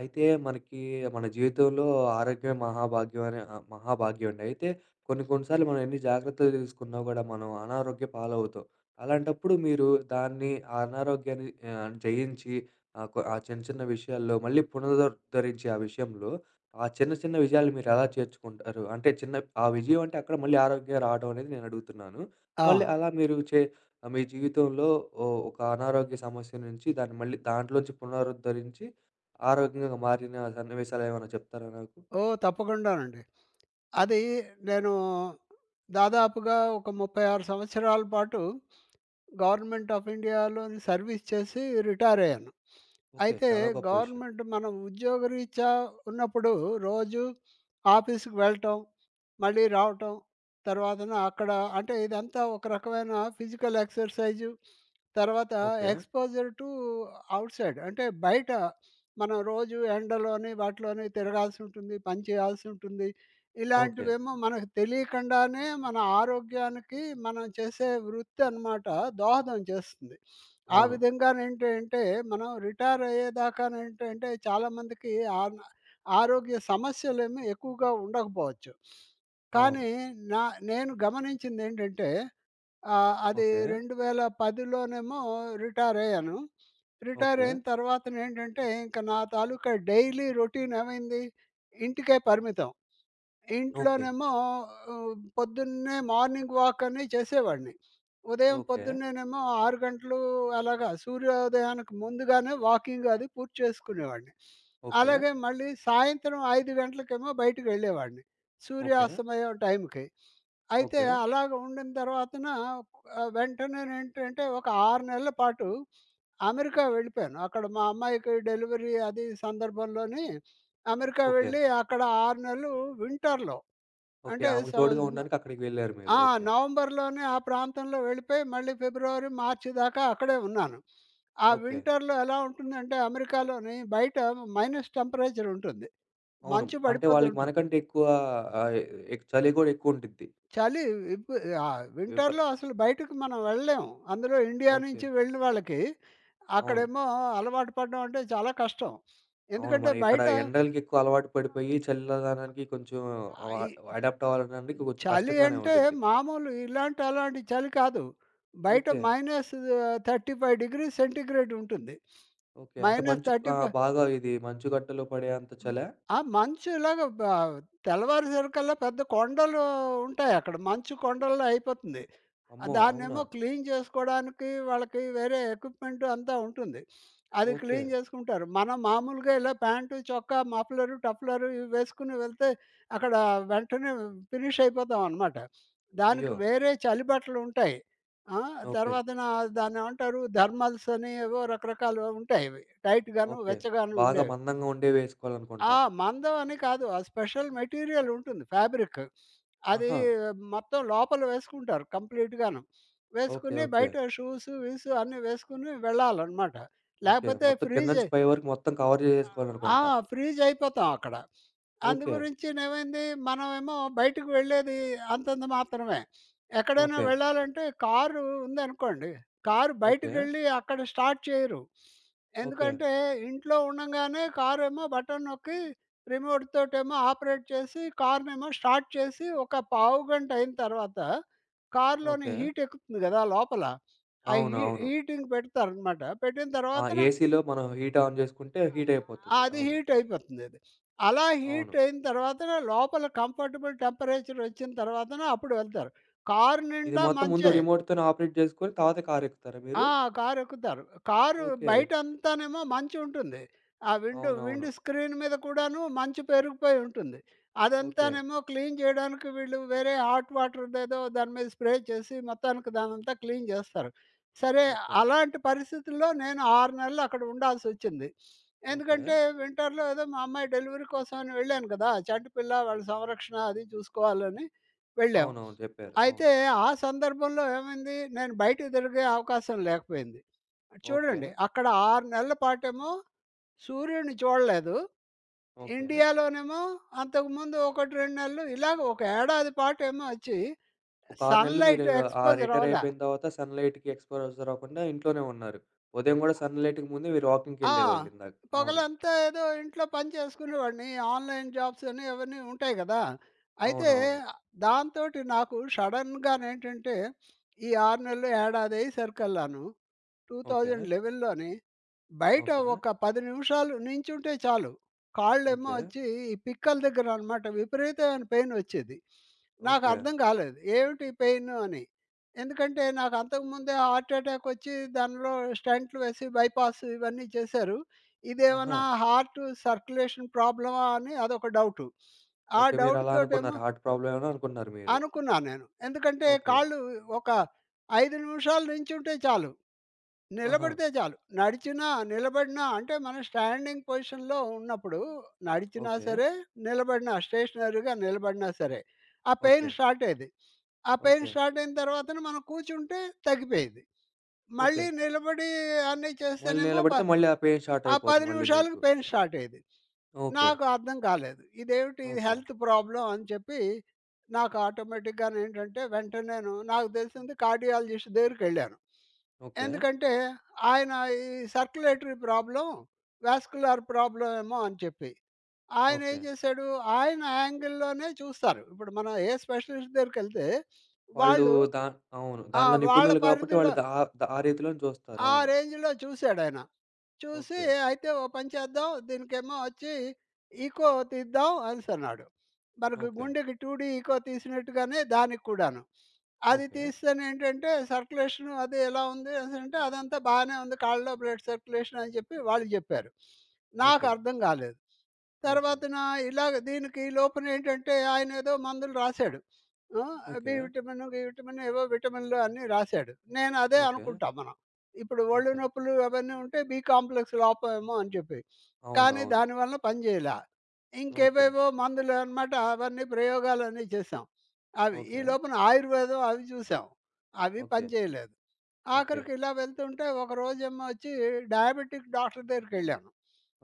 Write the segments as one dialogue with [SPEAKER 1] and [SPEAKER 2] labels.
[SPEAKER 1] అయితే మనకి మన జీవితంలో ఆరోగ్యమే మహాభాగ్యం అనే మహాభాగ్యం అండి. అయితే కొన్ని కొన్ని సార్లు మనం ఎన్ని జాగ్రత్తలు తీసుకున్నా గూడా మనం అనారోగ్య పాలవుతాం. అలాంటప్పుడు మీరు దాన్ని ఆ అనారోగ్యాన్ని జయించి ఆహ్, కొ ఆ చిన్న చిన్న విషయాల్లో మళ్ళీ పునరుద్ధరించి ఆ విషయంలో ఆ చిన్న చిన్న విజయాలు మీరెలా చేర్చుకుంటారు? అంటే చిన్న ఆ విజయం అంటే అక్కడ మళ్ళీ ఆరోగ్యం రావడం అనేది నేనడుగుతున్నాను.
[SPEAKER 2] ఆ!
[SPEAKER 1] మళ్ళీ అలా మీరు చే మీ జీవితంలో ఒక అనారోగ్య సమస్య నుంచి దాన్ని మళ్ళీ దాంట్లోంచి పునరుద్ధరించి ఆరోగ్యంగా మారిన సన్నివేశాలేమైనా చెప్తారా నాకు?
[SPEAKER 2] ఓహ్! తప్పకుండానండి. అది నేను దాదాపుగా ఒక 36 సంవత్సరాల పాటు గవర్నమెంట్ ఆఫ్ ఇండియాలోని సర్వీస్ చేసి రిటైర్ అయ్యాను.
[SPEAKER 1] ఓకే.
[SPEAKER 2] అయితే
[SPEAKER 1] చాలా గొప్ప విషయం.
[SPEAKER 2] గవర్నమెంట్ మనం ఉద్యోగరీత్యా ఉన్నప్పుడు రోజు ఆఫీస్‌కి వెళ్ళటం, మళ్ళీ రావటం, తర్వాతన అక్కడ అంటే ఇదంతా ఒక రకమైన ఫిజికల్ ఎక్సర్‌సైజు, తర్వాత
[SPEAKER 1] ఓకే.
[SPEAKER 2] ఎక్స్‌పోజర్ టు ఔట్‌సైడ్ అంటే బయట మనం రోజు ఎండలోని, వాటిలోని తిరగాల్సి ఉంటుంది, పని చేయాల్సి ఉంటుంది.
[SPEAKER 1] ఓకే.
[SPEAKER 2] ఇలాంటివేమో మనకు తెలియకుండానే మన ఆరోగ్యానికి మనం చేసే వృత్తి అనమాట దోహదం చేస్తుంది. ఆ
[SPEAKER 1] అవును.
[SPEAKER 2] విధంగా ఏంటి అంటే మనం రిటైర్ అయ్యేదాకా ఏంటి అంటే చాలామందికి ఆన ఆరోగ్య సమస్యలేమి ఎక్కువగా ఉండకపోవచ్చు.
[SPEAKER 1] అవును.
[SPEAKER 2] కానీ నా నేను గమనించిందేంటంటే ఆహ్, అది
[SPEAKER 1] ఓకే.
[SPEAKER 2] 2010లోనేమో రిటైర్ అయ్యాను. Retire
[SPEAKER 1] okay.
[SPEAKER 2] అయిన తర్వాతనేంటంటే ఇంక నా తాలూకా డైలీ రొటీన్ ఏమైంది ఇంటికే పరిమితం.
[SPEAKER 1] ఓకే.
[SPEAKER 2] ఇంట్లోనేమో పొద్దున్నే మార్నింగ్ వాక్ అని చేసేవాడిని. ఉదయం
[SPEAKER 1] ఓకే.
[SPEAKER 2] పొద్దున్నేనేమో 6 గంటలు అలాగా సూర్యోదయానికి ముందుగానే వాకింగ్ అది పూర్తి చేసుకునేవాడిని.
[SPEAKER 1] ఓకే.
[SPEAKER 2] అలాగే మళ్ళీ సాయంత్రం 5 గంటలకేమో బయటికెళ్ళేవాడిని.
[SPEAKER 1] ఓకే.
[SPEAKER 2] సూర్యాస్తమయం టైంకి. అయితే
[SPEAKER 1] ఓకే.
[SPEAKER 2] అలాగ ఉండిన తర్వాతన వెంటనేనేంటంటే ఒక 6 నెలల పాటు అమెరికా వెళ్ళిపోయాను. అక్కడ మా అమ్మాయికి డెలివరీ అది సందర్భంలోని అమెరికా
[SPEAKER 1] ఓకే.
[SPEAKER 2] వెళ్ళి అక్కడ 6 నెలలు వింటర్‌లో
[SPEAKER 1] ఓకే.
[SPEAKER 2] అంటే
[SPEAKER 1] ఆమెకు తోడుగా
[SPEAKER 2] సౌజుమ
[SPEAKER 1] ఉండడానికి అక్కడికి వెళ్లారు మీరు.
[SPEAKER 2] ఆ!
[SPEAKER 1] ఓకే.
[SPEAKER 2] నవంబర్‌లోనే ఆ ప్రాంతంలో వెళ్ళిపోయి మళ్ళీ ఫిబ్రవరి, మార్చి దాకా అక్కడే ఉన్నాను. ఆ
[SPEAKER 1] ఓకే.
[SPEAKER 2] వింటర్‌లో ఎలా ఉంటుందంటే అమెరికాలోని బయట మైనస్ టెంపరేచర్ ఉంటుంది.
[SPEAKER 1] అవును.
[SPEAKER 2] మంచు
[SPEAKER 1] అంటే
[SPEAKER 2] పడిపోతూ
[SPEAKER 1] వాళ్ళకి
[SPEAKER 2] ఉంటుంది.
[SPEAKER 1] మనకంటే ఎక్కువ ఆహ్, ఎ చలి గూడా ఎక్కువుండిద్ది.
[SPEAKER 2] చలి విప్
[SPEAKER 1] విప
[SPEAKER 2] వింటర్‌లో అసలు బయటకి మనం వెళ్ళలేము. అందులో ఇండియా
[SPEAKER 1] ఓకే.
[SPEAKER 2] నుంచి వెళ్ళిన వాళ్ళకి
[SPEAKER 1] అవును.
[SPEAKER 2] అక్కడేమో అలవాటు పడడం అంటే చాలా కష్టం.
[SPEAKER 1] అవును.
[SPEAKER 2] ఎందుకంటే
[SPEAKER 1] మనం ఇక్కడ
[SPEAKER 2] బయట
[SPEAKER 1] ఎండలకి ఎక్కువ అలవాటు పడిపోయి చల్లదనానికి కొంచెం వ
[SPEAKER 2] ఈ
[SPEAKER 1] అడాప్ట్ అవ్వడానికి కొంచెం
[SPEAKER 2] చలి
[SPEAKER 1] కష్టంగానే
[SPEAKER 2] అంటే
[SPEAKER 1] ఉండిద్ది.
[SPEAKER 2] మామూలు ఇలాంటి, అలాంటి చలి కాదు. బయట
[SPEAKER 1] ఓకే.
[SPEAKER 2] మైనస్ 35 డిగ్రీ సెంటీగ్రేడ్ ఉంటుంది.
[SPEAKER 1] ఓకే. అంటే
[SPEAKER 2] మైనస్
[SPEAKER 1] మంచు ఆ!
[SPEAKER 2] 35.
[SPEAKER 1] బాగా ఇది మంచుగడ్డలో పడే అంత
[SPEAKER 2] హ్మ్.
[SPEAKER 1] చలా?
[SPEAKER 2] ఆ! మంచులాగా బ తెల్లవారేసరికల్లా పెద్ద కొండలు ఉంటాయి అక్కడ. మంచు కొండల్లో అయిపోతుంది.
[SPEAKER 1] అమ్మో! అవునా?
[SPEAKER 2] దాన్నేమో క్లీన్ చేసుకోవడానికి వాళ్ళకి వేరే ఎక్విప్‌మెంట్ అంతా ఉంటుంది. అది
[SPEAKER 1] ఓకే.
[SPEAKER 2] క్లీన్ చేసుకుంటారు. మనం మామూలుగా ఇలా ప్యాంటు, చొక్కా, మఫ్లరు, టఫ్లరు ఇవి వేసుకుని వెళ్తే అక్కడ వెంటనే ఫినిష్ అయిపోతాం అనమాట. దానికి
[SPEAKER 1] అయ్యో!
[SPEAKER 2] వేరే చలి బట్టలు ఉంటాయి. ఆ!
[SPEAKER 1] ఓకే.
[SPEAKER 2] తర్వాతన దాన్నేమంటారు థర్మల్స్ అని ఏవో రకరకాలు ఉంటాయి. ఇవి టైట్‌గాను,
[SPEAKER 1] ఓకే.
[SPEAKER 2] వెచ్చగాను
[SPEAKER 1] బాగా
[SPEAKER 2] ఉండేవి.
[SPEAKER 1] మందంగా ఉండేవి వేసుకోవాలనుకుంటా.
[SPEAKER 2] ఆ! మందం అని కాదు. ఆ స్పెషల్ మెటీరియల్ ఉంటుంది ఫ్యాబ్రిక్. అది
[SPEAKER 1] ఆహా!
[SPEAKER 2] మొత్తం లోపల వేసుకుంటారు కంప్లీట్‌గాను.
[SPEAKER 1] ఓకే.
[SPEAKER 2] వేసుకుని
[SPEAKER 1] ఓకే.
[SPEAKER 2] బయట షూస్, గీసు అన్నీ వేసుకొని వెళ్ళాలనమాట.
[SPEAKER 1] ఓకే.
[SPEAKER 2] లేకపోతే
[SPEAKER 1] మొత్తం కింద నుంచి
[SPEAKER 2] ఫ్రీజే
[SPEAKER 1] పై వరకు మొత్తం కవర్
[SPEAKER 2] ఆ!
[SPEAKER 1] చేసేసుకోవాలనుకుంటా.
[SPEAKER 2] ఫ్రీజ్ అయిపోతాం అక్కడ. అందు
[SPEAKER 1] ఓకే.
[SPEAKER 2] గురించినేమైంది మనమేమో బయటకి వెళ్ళేది అంతంత మాత్రమే. ఎక్కడైనా
[SPEAKER 1] ఓకే.
[SPEAKER 2] వెళ్ళాలంటే కారు ఉందనుకోండి, కారు
[SPEAKER 1] ఓకే.
[SPEAKER 2] బయటికెళ్ళి అక్కడ స్టార్ట్ చేయరు.
[SPEAKER 1] ఓకే.
[SPEAKER 2] ఎందుకంటే ఇంట్లో ఉండంగానే కారేమో బటన్ నొక్కి రిమోట్ తోటేమో ఆపరేట్ చేసి కార్‌నేమో స్టార్ట్ చేసి ఒక పావుగంట అయిన తర్వాత కార్‌లోని
[SPEAKER 1] ఓకే.
[SPEAKER 2] హీట్ ఎక్కుతుంది గదా లోపల. ఆ
[SPEAKER 1] అవును.
[SPEAKER 2] హీ
[SPEAKER 1] అవును.
[SPEAKER 2] హీటింగ్ పెడతారనమాట. పెట్టిన
[SPEAKER 1] ఆ!
[SPEAKER 2] తర్వాతన
[SPEAKER 1] ఏసీలో మనం హీట్ ఆన్ చేసుకుంటే హీట్ అయిపోతది.
[SPEAKER 2] అది
[SPEAKER 1] అవును.
[SPEAKER 2] హీట్ అయిపోతుంది అది. అలా
[SPEAKER 1] అవును.
[SPEAKER 2] హీట్ అయిన తర్వాతన లోపల కంఫర్టబుల్ టెంపరేచర్ వచ్చిన తర్వాతన అప్పుడు వెళ్తారు. కారు
[SPEAKER 1] ఇది
[SPEAKER 2] నిండా
[SPEAKER 1] మొత్తం ముందు
[SPEAKER 2] మంచే.
[SPEAKER 1] రిమోట్‌తోనే ఆపరేట్ చేసుకొని తర్వాత కారెక్కుతారా మీరు?
[SPEAKER 2] ఆ! కారెక్కుతారు. Car
[SPEAKER 1] okay.
[SPEAKER 2] బయటంతానేమో మంచుంటుంది. ఆ విండో విండ్
[SPEAKER 1] అవునవును.
[SPEAKER 2] స్క్రీన్ మీద కూడాను మంచు పేరుకుపోయి ఉంటుంది.
[SPEAKER 1] ఓకే.
[SPEAKER 2] అదంతానేమో క్లీన్ చేయడానికి వీళ్ళు వేరే హాట్ వాటర్‌దేదో దాని మీద స్ప్రే చేసి మొత్తానికి దానంతా క్లీన్ జేస్తారు. సరే,
[SPEAKER 1] ఓకే.
[SPEAKER 2] అలాంటి పరిస్థితుల్లో నేను 6 నెలలు అక్కడ ఉండాల్సొచ్చింది.
[SPEAKER 1] ఓకే.
[SPEAKER 2] ఎందుకంటే వింటర్‌లో ఏదో మా అమ్మాయి డెలివరీ కోసమని వెళ్ళాను కదా! చంటి పిల్ల వాళ్ళ సంరక్షణ అది చూసుకోవాలని వెళ్ళాం.
[SPEAKER 1] అవునవును. చెప్పారు.
[SPEAKER 2] అయితే
[SPEAKER 1] అవును.
[SPEAKER 2] ఆ సందర్భంలో ఏమైంది? నేను బయటకి తిరిగే అవకాశం లేకపోయింది.
[SPEAKER 1] ఓకే.
[SPEAKER 2] చూడండి, అక్కడ 6 నెలల పాటేమో సూర్యుడిని చూడలేదు.
[SPEAKER 1] ఓకే.
[SPEAKER 2] ఇండియాలోనేమో అంతకుముందు 1, 2 నెలలు ఇలాగ ఒక ఏడాది పాటేమో వచ్చి
[SPEAKER 1] ఒక 6 నెలలు మీరు
[SPEAKER 2] సన్‌లైట్
[SPEAKER 1] ఆ
[SPEAKER 2] ఎక్స్‌పోజర్
[SPEAKER 1] రిటైర్
[SPEAKER 2] అవ్వలా.
[SPEAKER 1] అయిపోయిన తర్వాత సన్‌లైట్‌కి ఎక్స్‌పోజర్ అవ్వకుండా ఇంట్లోనే ఉన్నారు. ఉదయం గూడా సన్‌లైట్‌కి ముందే మీరు
[SPEAKER 2] ఆ!
[SPEAKER 1] వాకింగ్‌కెళ్ళేవాళ్ళు ఇందాక. అవును.
[SPEAKER 2] పగలంతా ఏదో ఇంట్లో పని చేసుకునేవాడిని. ఆన్‌లైన్ జాబ్స్ అని అవన్నీ ఉంటాయి గదా! అయితే
[SPEAKER 1] అవునవును.
[SPEAKER 2] దాంతోటి నాకు సడెన్‌గానేంటంటే ఈ 6 నెలలు ఏడాది అయ్యేసరికల్లాను
[SPEAKER 1] ఓకే.
[SPEAKER 2] 2011 లోని బయట
[SPEAKER 1] ఓకే.
[SPEAKER 2] ఒక 10 నిమిషాలు నించుంటే చాలు. కాళ్ళేమో
[SPEAKER 1] ఓకే.
[SPEAKER 2] వచ్చి ఈ పిక్కల దగ్గర అనమాట విపరీతమైన పెయిన్ వచ్చేది.
[SPEAKER 1] ఓకే.
[SPEAKER 2] నాకర్థం కాలేదు. ఏమిటి ఈ పెయిన్ అని. ఎందుకంటే నాకు అంతకుముందే హార్ట్ అటాక్ వచ్చి దానిలో స్టంట్లు వేసి బైపాస్ ఇవన్నీ చేశారు.
[SPEAKER 1] ఆహా!
[SPEAKER 2] ఇదేమన్నా హార్ట్ సర్క్యులేషన్ ప్రాబ్లమా అని అదొక డౌటు. ఆ
[SPEAKER 1] ఓకే.
[SPEAKER 2] డౌట్
[SPEAKER 1] మీరలా
[SPEAKER 2] తోటేమో
[SPEAKER 1] అనుకున్నారు. హార్ట్ ప్రాబ్లమ్ ఏమో అనుకున్నారు మీరు.
[SPEAKER 2] అనుకున్నా నేను. ఎందుకంటే
[SPEAKER 1] ఓకే.
[SPEAKER 2] కాళ్ళు ఒక 5 నిమిషాలు నించుంటే చాలు.
[SPEAKER 1] ఆహా!
[SPEAKER 2] నిలబడితే చాలు. నడిచినా, నిలబడినా అంటే మనం స్టాండింగ్ పొజిషన్‌లో ఉన్నప్పుడు నడిచినా
[SPEAKER 1] ఓకే.
[SPEAKER 2] సరే, నిలబడినా స్టేషనరీగా నిలబడినా సరే, ఆ పెయిన్
[SPEAKER 1] ఓకే.
[SPEAKER 2] స్టార్ట్ అయ్యేది. ఆ పెయిన్
[SPEAKER 1] ఓకే.
[SPEAKER 2] స్టార్ట్ అయిన తర్వాతన మనం కూర్చుంటే తగ్గిపోయేది.
[SPEAKER 1] ఓకే.
[SPEAKER 2] మళ్ళీ నిలబడి అన్నీ
[SPEAKER 1] మళ్ళీ
[SPEAKER 2] చేస్తేనేమో ప
[SPEAKER 1] నిలబడితే మళ్ళీ ఆ పెయిన్ స్టార్ట్
[SPEAKER 2] ఆ 10
[SPEAKER 1] అయిపోతుంది మళ్ళీ
[SPEAKER 2] నిమిషాలకి
[SPEAKER 1] మీకు.
[SPEAKER 2] పెయిన్ స్టార్ట్ అయ్యేది.
[SPEAKER 1] ఓకే.
[SPEAKER 2] నాకు అర్థం కాలేదు. ఇదేమిటి ఇది
[SPEAKER 1] ఓకే.
[SPEAKER 2] హెల్త్ ప్రాబ్లమ్ అని చెప్పి నాకు ఆటోమేటిక్‌గా నేంటంటే వెంటనేను నాకు తెలిసింది కార్డియాలజిస్ట్ దగ్గరికెళ్ళాను.
[SPEAKER 1] ఓకే.
[SPEAKER 2] ఎందుకంటే ఆయన ఈ సర్క్యులేటరీ ప్రాబ్లమ్, వాస్కులర్ ప్రాబ్లమ్ ఏమో అని చెప్పి. ఆయన ఏం
[SPEAKER 1] ఓకే.
[SPEAKER 2] చేశాడు? ఆయన యాంగిల్‌లోనే చూస్తారు. ఇప్పుడు మనం ఏ స్పెషలిస్ట్ దగ్గరికెళ్తే
[SPEAKER 1] వాళ్ళు
[SPEAKER 2] వాళ్ళు
[SPEAKER 1] దా అవును.
[SPEAKER 2] ఆ!
[SPEAKER 1] దాంట్లో
[SPEAKER 2] వాళ్ళ
[SPEAKER 1] నిపుణులు కాబట్టి వాళ్ళు
[SPEAKER 2] పరిధిలో
[SPEAKER 1] దా దా- ఆ రీతిలోనే చూస్తారు.
[SPEAKER 2] ఆ
[SPEAKER 1] అవును.
[SPEAKER 2] రేంజ్‌లో చూసాడాయన. చూసి
[SPEAKER 1] ఓకే.
[SPEAKER 2] అయితే ఓ పని చేద్దాం దీనికేమో వచ్చి ఈకో తీద్దాం అనేసి అన్నాడు. మనకు
[SPEAKER 1] ఓకే.
[SPEAKER 2] గుండెకి 2 డీ ఈకో తీసినట్టుగానే దానికి కూడాను. అది
[SPEAKER 1] ఓకే.
[SPEAKER 2] తీస్తేనేంటంటే సర్క్యులేషన్ అది ఎలా ఉంది అనేసంటే, "అదంతా బాగానే ఉంది. కాళ్ళలో బ్లడ్ సర్క్యులేషన్" అని చెప్పి వాళ్ళు జెప్పారు. నాకు
[SPEAKER 1] ఓకే.
[SPEAKER 2] అర్థం గాలేదు.
[SPEAKER 1] ఓకే.
[SPEAKER 2] తర్వాతన ఇలాగ దీనికి ఈ లోపునేంటంటే ఆయనేదో మందులు రాసాడు. ఆ! B
[SPEAKER 1] okay.
[SPEAKER 2] విటమిన్, గి విటమిన్ ఏవో విటమిన్‌లు అన్నీ రాసాడు. నేను అదే
[SPEAKER 1] ఓకే.
[SPEAKER 2] అనుకుంటాం మనం. ఇప్పుడు ఒళ్ళు
[SPEAKER 1] ఓకే.
[SPEAKER 2] నొప్పులు అవన్నీ ఉంటే బి కాంప్లెక్స్ లోపమేమో అని చెప్పి.
[SPEAKER 1] అవును.
[SPEAKER 2] కానీ
[SPEAKER 1] అవును.
[SPEAKER 2] దానివల్ల పని చేయలా.
[SPEAKER 1] ఓకే.
[SPEAKER 2] ఇంకేవేవో మందులు అనమాట అవన్నీ ప్రయోగాలన్నీ చేసాం. అవి ఈ
[SPEAKER 1] ఓకే.
[SPEAKER 2] లోపల ఆయుర్వేదం అవి చూసాం. అవి
[SPEAKER 1] ఓకే.
[SPEAKER 2] పని చేయలేదు.
[SPEAKER 1] ఓకే.
[SPEAKER 2] ఆఖరికి ఇలా వెళ్తుంటే ఒకరోజేమో వచ్చి డయాబెటిక్ డాక్టర్ దగ్గరికెళ్ళాను.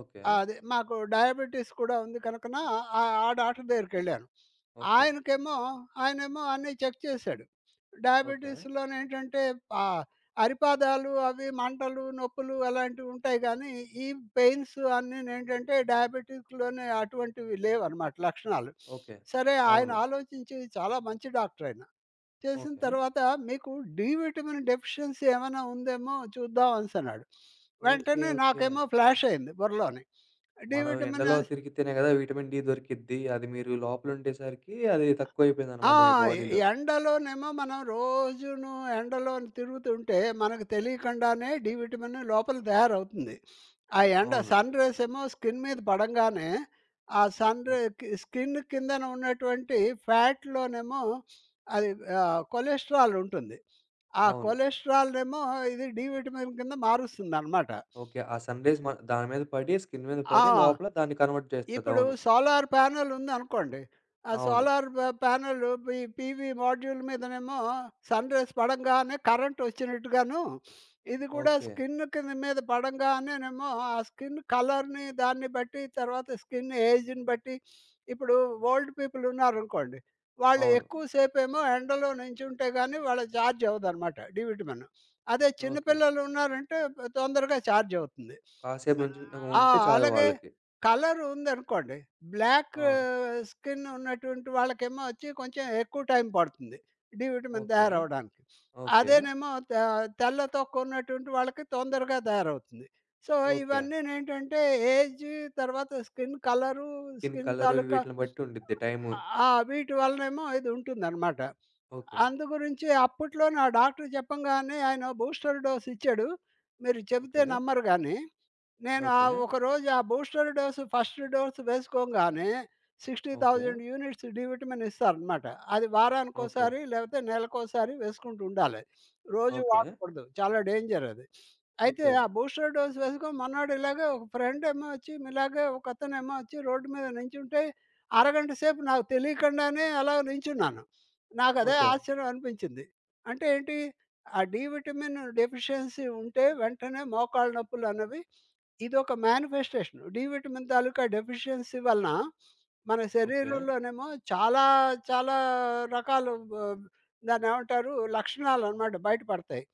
[SPEAKER 1] ఓకే.
[SPEAKER 2] ఆ! అదే. మాకు డయాబెటిస్ కూడా ఉంది కనుకన ఆ ఆ డాక్టర్ దగ్గరికెళ్ళాను.
[SPEAKER 1] ఓకే.
[SPEAKER 2] ఆయనకేమో ఆయనేమో అన్నీ చెక్ చేశాడు.
[SPEAKER 1] ఓకే.
[SPEAKER 2] డయాబెటిస్‌లోనేంటంటే ఆహ్, అరిపాదాలు అవి మంటలు, నొప్పులు అలాంటివుంటాయి గానీ, ఈ పెయిన్స్ అన్నీనేంటంటే డయాబెటిక్‌లోనే అటువంటివి లేవనమాట లక్షణాలు.
[SPEAKER 1] ఓకే.
[SPEAKER 2] సరే ఆయన
[SPEAKER 1] అవును.
[SPEAKER 2] ఆలోచించి చాలా మంచి డాక్టరయన. చేసిన
[SPEAKER 1] ఓకే.
[SPEAKER 2] తర్వాత మీకు డి విటమిన్ డెఫిషియన్సీ ఏమైనా ఉందేమో చూద్దాం అనేసన్నాడు.
[SPEAKER 1] ఓకే.
[SPEAKER 2] వెంటనే
[SPEAKER 1] ఓకే.
[SPEAKER 2] నాకేమో ఫ్లాష్ అయింది బుర్రలోని. డి
[SPEAKER 1] మనం
[SPEAKER 2] విటమిన్
[SPEAKER 1] ఎండలో
[SPEAKER 2] అస్
[SPEAKER 1] తిరిగితేనే గదా విటమిన్ డి దొరికిద్ది. అది మీరు లోపలుండేసరికి అది తక్కువైపోయిందనమాట
[SPEAKER 2] ఆ!
[SPEAKER 1] మీ బాడీలో.
[SPEAKER 2] ఎండలోనేమో మనం రోజును ఎండలోని తిరుగుతుంటే మనకు తెలియకుండానే డి విటమిన్ లోపల తయారవుతుంది. ఆ ఎండ
[SPEAKER 1] అవును.
[SPEAKER 2] సన్ రేస్ ఏమో స్కిన్ మీద పడంగానే ఆ సన్ రే
[SPEAKER 1] ఓహ్!
[SPEAKER 2] కి స్కిన్ కిందన ఉన్నటువంటి ఫ్యాట్‌లోనేమో అది కొలెస్ట్రాల్ ఉంటుంది. ఆ
[SPEAKER 1] అవును.
[SPEAKER 2] కొలెస్ట్రాల్‌నేమో ఇది డి విటమిన్ కింద మారుస్తుందనమాట.
[SPEAKER 1] ఓకే. ఆ సన్ రైజ్ మ దాని మీద పడి, స్కిన్ మీద పడి
[SPEAKER 2] ఆ!
[SPEAKER 1] లోపల దాన్ని కన్వర్ట్ చేస్తది.
[SPEAKER 2] ఇప్పుడు
[SPEAKER 1] అవును.
[SPEAKER 2] సోలార్ ప్యానెల్ ఉందనుకోండి. ఆ
[SPEAKER 1] అవును.
[SPEAKER 2] సోలార్ ప ప్యానెల్ ఈ పీవీ మాడ్యూల్ మీదనేమో సన్‌రైజ్ పడంగానే కరెంట్ వచ్చినట్టుగాను, ఇది కూడా
[SPEAKER 1] ఓకే.
[SPEAKER 2] స్కిన్ కింద మీద పడంగానేనేమో ఆ స్కిన్ కలర్‌ని దాన్ని బట్టి, తర్వాత స్కిన్ ఏజ్‌ని బట్టి, ఇప్పుడు ఓల్డ్ పీపుల్ ఉన్నారనుకోండి. వాళ్ళు
[SPEAKER 1] అవును.
[SPEAKER 2] ఎక్కువ సేపేమో ఎండలో నించుంటే గాని వాళ్ళ చార్జ్ అవ్వదనమాట డి విటమిన్. అదే చిన్న
[SPEAKER 1] ఓకే.
[SPEAKER 2] పిల్లలు ఉన్నారంటే తొందరగా చార్జ్ అవుతుంది.
[SPEAKER 1] కాసేపు నుంచుని
[SPEAKER 2] ఆ!
[SPEAKER 1] ఉంటే చాలు
[SPEAKER 2] అలాగే
[SPEAKER 1] వాళ్ళకి.
[SPEAKER 2] కలర్ ఉందనుకోండి. బ్లాక్
[SPEAKER 1] ఆ!
[SPEAKER 2] స్కిన్ ఉన్నటువంటి వాళ్ళకేమో వచ్చి కొంచెం ఎక్కువ టైం పడుతుంది డి విటమిన్
[SPEAKER 1] ఓకే.
[SPEAKER 2] తయారవ్వడానికి.
[SPEAKER 1] ఓకే.
[SPEAKER 2] అదేనేమో త తెల్ల తొక్క ఉన్నటువంటి వాళ్ళకి తొందరగా తయారవుతుంది. So,
[SPEAKER 1] okay.
[SPEAKER 2] ఇవన్నీనేంటంటే ఏజ్, తర్వాత skin colour,
[SPEAKER 1] skin
[SPEAKER 2] skin
[SPEAKER 1] colour
[SPEAKER 2] తాలూకా
[SPEAKER 1] వీటిని బట్టి ఉండిద్ది టైము.
[SPEAKER 2] ఆ! వీటి వలనేమో ఇది ఉంటుందనమాట.
[SPEAKER 1] ఓకే.
[SPEAKER 2] అందు గురించి అప్పట్లోనే ఆ డాక్టర్ చెప్పంగానే ఆయన బూస్టర్ డోస్ ఇచ్చాడు. మీరు చెబితే
[SPEAKER 1] ఓకే.
[SPEAKER 2] నమ్మరు గాని. నేను ఆ
[SPEAKER 1] ఓకే.
[SPEAKER 2] ఒక రోజు ఆ బూస్టర్ డోస్ ఫస్ట్ డోస్ వేసుకోగానే
[SPEAKER 1] ఓకే.
[SPEAKER 2] 60,000 యూనిట్స్ డి విటమిన్ ఇస్తారనమాట. అది
[SPEAKER 1] ఓకే.
[SPEAKER 2] వారానికోసారి లేకపోతే నెలకోసారి వేసుకుంటూ ఉండాలి. రోజు
[SPEAKER 1] ఓకే.
[SPEAKER 2] వాడకూడదు. చాలా డేంజర్ అది. అయితే
[SPEAKER 1] ఓకే.
[SPEAKER 2] ఆ బూస్టర్ డోస్ వేసుకొని మర్నాడు ఇలాగే ఒక ఫ్రెండ్ ఏమో వచ్చి ఇలాగే ఒకతనేమో వచ్చి రోడ్డు మీద నించుంటే అరగంట సేపు నాకు తెలియకుండానే అలా నించున్నాను. నాకదే
[SPEAKER 1] ఓకే.
[SPEAKER 2] ఆశ్చర్యం అనిపించింది. అంటే ఏంటి? ఆ డి విటమిన్ డెఫిషియన్సీ ఉంటే వెంటనే మోకాళ్ళ నొప్పులన్నవి ఇదొక మేనిఫెస్టేషన్. డి విటమిన్ తాలూకా డెఫిషియన్సీ వలన మన
[SPEAKER 1] ఓకే.
[SPEAKER 2] శరీరంలోనేమో చాలా రకాలు దాన్నేమంటారు లక్షణాలనమాట బయటపడతాయి.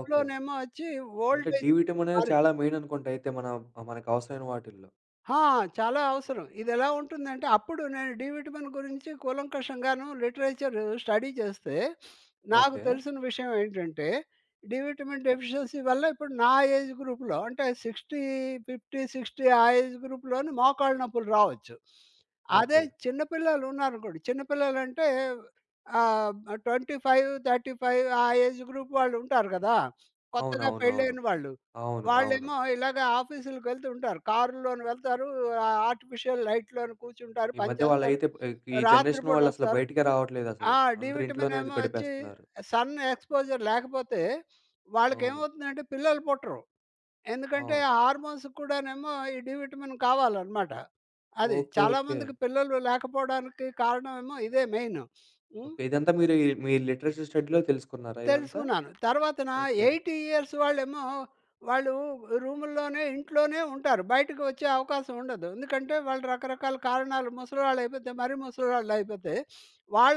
[SPEAKER 1] ఓకే.
[SPEAKER 2] వచ్చి
[SPEAKER 1] అంటే
[SPEAKER 2] ఓల్డ్
[SPEAKER 1] డి
[SPEAKER 2] ఏజ్
[SPEAKER 1] విటమిన్ అనేది
[SPEAKER 2] మరి
[SPEAKER 1] చాలా మెయిన్ అనుకుంటా అయితే మన మనకు అవసరమైన వాటిల్లో.
[SPEAKER 2] ఆ! చాలా అవసరం. ఇదెలా ఉంటుందంటే, అప్పుడు నేను డి విటమిన్ గురించి కూలంకషంగాను లిటరేచర్ స్టడీ చేస్తే, నాకు
[SPEAKER 1] ఓకే.
[SPEAKER 2] తెలిసిన విషయం ఏంటంటే, డి విటమిన్ డెఫిషియన్సీ వల్ల ఇప్పుడు నా ఏజ్ గ్రూప్‌లో అంటే 50, 60 ఆ ఏజ్ గ్రూప్‌లోనే మోకాళ్ళు నొప్పులు రావచ్చు. అదే
[SPEAKER 1] ఓకే.
[SPEAKER 2] చిన్న పిల్లలు ఉన్నారనుకోండి, చిన్న పిల్లలంటే ఆహ్, 25, 35 ఆ ఏజ్ గ్రూప్ వాళ్ళు ఉంటారు కదా! కొత్తగా
[SPEAKER 1] అవునవునవును. అవును.
[SPEAKER 2] పెళ్ళైన వాళ్ళు.
[SPEAKER 1] అవును. అవును అవును
[SPEAKER 2] వాళ్ళేమో ఇలాగ ఆఫీసులకి వెళ్తుంటారు. కారులోని వెళ్తారు. ఆర్టిఫిషియల్ లైట్‌లోని కూర్చుంటారు,
[SPEAKER 1] ఈ
[SPEAKER 2] పని
[SPEAKER 1] మధ్య
[SPEAKER 2] చేస్తారు.
[SPEAKER 1] వాళ్ళైతే బ్ ఈ
[SPEAKER 2] రాత్రి
[SPEAKER 1] జనరేషన్ వాళ్ళసల
[SPEAKER 2] పూటొస్తారు.
[SPEAKER 1] బయటికే
[SPEAKER 2] ఆ!
[SPEAKER 1] రావట్లేదసలు.
[SPEAKER 2] డి
[SPEAKER 1] అందరూ
[SPEAKER 2] విటమిన్
[SPEAKER 1] ఇంట్లోనే
[SPEAKER 2] ఏమో
[SPEAKER 1] అది
[SPEAKER 2] వచ్చి
[SPEAKER 1] గడిపేస్తున్నారు.
[SPEAKER 2] సన్ ఎక్స్‌పోజర్ లేకపోతే
[SPEAKER 1] అవును.
[SPEAKER 2] వాళ్ళకేమవుతుందంటే పిల్లలు పుట్టరు.
[SPEAKER 1] ఆ!
[SPEAKER 2] ఎందుకంటే హార్మోన్స్ కూడానేమో ఈ డి విటమిన్ కావాలనమాట. అది
[SPEAKER 1] ఓకే. ఓకే.
[SPEAKER 2] చాలామందికి పిల్లలు లేకపోవడానికి కారణమేమో ఇదే మెయిను. హ్మ్.
[SPEAKER 1] ఓకే. ఇదంతా మీరు ఈ మీ లిటరేచర్ స్టడీలో తెలుసుకున్నారా ఇదంతా?
[SPEAKER 2] తెలుసుకున్నాను. తర్వాతన
[SPEAKER 1] ఓకే.
[SPEAKER 2] 80 ఇయర్స్ వాళ్ళేమో వాళ్ళు రూముల్లోనే, ఇంట్లోనే ఉంటారు. బయటకి వచ్చే అవకాశం ఉండదు. ఎందుకంటే వాళ్ళు రకరకాల కారణాలు ముసలోళ్ళయిపోతే, మరీ ముసలోళ్ళయిపోతే,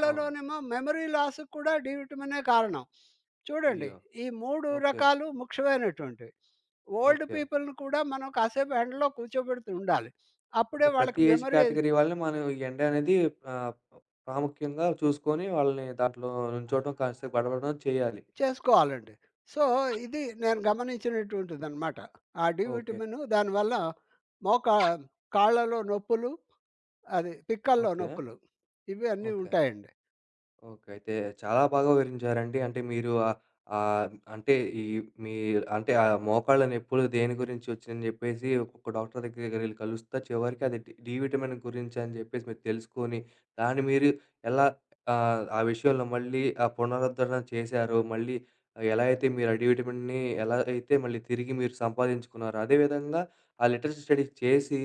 [SPEAKER 1] ఆ!
[SPEAKER 2] మెమరీ లాస్‌కి కూడా డి విటమినే కారణం. చూడండి,
[SPEAKER 1] అయ్యో!
[SPEAKER 2] ఈ 3
[SPEAKER 1] ఓకే.
[SPEAKER 2] రకాలు ముఖ్యమైనటువంటివి. Old
[SPEAKER 1] okay.
[SPEAKER 2] పీపుల్‌ని కూడా మనం కాసేపు ఎండలో కూర్చోబెడుతూ ఉండాలి.
[SPEAKER 1] అంటే
[SPEAKER 2] అప్పుడే వాళ్ళకి
[SPEAKER 1] ప్రతి ఏజ్
[SPEAKER 2] మెమరీ
[SPEAKER 1] కేటగరీ వాళ్ళని మనం ఈ ఎండ అనేది ఆహ్, ప్రాముఖ్యంగా చూసుకొని వాళ్ళని దాంట్లో
[SPEAKER 2] ఆ!
[SPEAKER 1] నుంచోవడం,
[SPEAKER 2] ఆ!
[SPEAKER 1] కాసేపు గడపడం చేయాలి.
[SPEAKER 2] చేసుకోవాలండి. సో, ఇది నేను గమనించినటువంటిదనమాట. ఆ డీ
[SPEAKER 1] ఓకే.
[SPEAKER 2] విటమిను దానివల్ల మోకా కాళ్ళలో నొప్పులు, అది పిక్కల్లో
[SPEAKER 1] ఓకే.
[SPEAKER 2] నొప్పులు ఇవి అన్నీ
[SPEAKER 1] ఓకే.
[SPEAKER 2] ఉంటాయండి.
[SPEAKER 1] ఓకే. అయితే చాలా బాగా వివరించారండి. అంటే మీరు ఆహ్, ఆహ్, అంటే ఈ మీ అంటే ఆ మోకాళ్ళ నొప్పులు దేని గురించి వచ్చిందని జెప్పేసి ఒక్కొక్క డాక్టర్ దగ్గరెళ్లి కలుస్తా చివరికి అది డి డి విటమిన్ గురించి అని జెప్పేసి మీరు తెలుసుకొని దాన్ని మీరు ఎలా ఆహ్, ఆ విషయంలో మళ్ళీ పునరుద్ధరణ చేశారో, మళ్ళీ ఎలా అయితే మీరు ఆ డి విటమిన్‌ని ఎలా అయితే మళ్ళీ తిరిగి మీరు సంపాదించుకున్నారో, అదే విధంగా ఆ లిటరసీ స్టడీ చేసి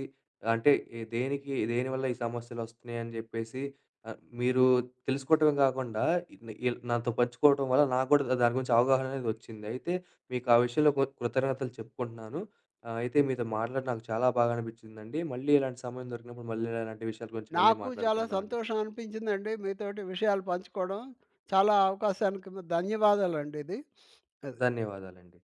[SPEAKER 1] అంటే దేనికి దేనివల్ల ఈ సమస్యలొస్తున్నాయని జెప్పేసి ఆ! మీరు తెలుసుకోవటమే గాకుండా ఇట్ని ఇల్ నాతో పంచుకోవటం వల్ల నాకు గూడా దాని గురించి అవగాహన అనేది వచ్చింది. అయితే మీకు ఆ విషయంలో కృతజ్ఞతలు చెప్పుకుంటున్నాను. అయితే మీతో మాట్లాడి నాకు చాలా బాగా అనిపించిందండి. మళ్ళీ ఇలాంటి సమయం దొరికినప్పుడు మళ్ళీ ఇలాంటి విషయాల గురించి మళ్ళీ
[SPEAKER 2] నాకు చాలా
[SPEAKER 1] మాట్లాడుకుందామండి.
[SPEAKER 2] సంతోషం అనిపించిందండి మీతోటి విషయాలు పంచుకోవడం. చాలా అవకాశానికి ధన్యవాదాలండి ఇది. అది.
[SPEAKER 1] ధన్యవాదాలండి.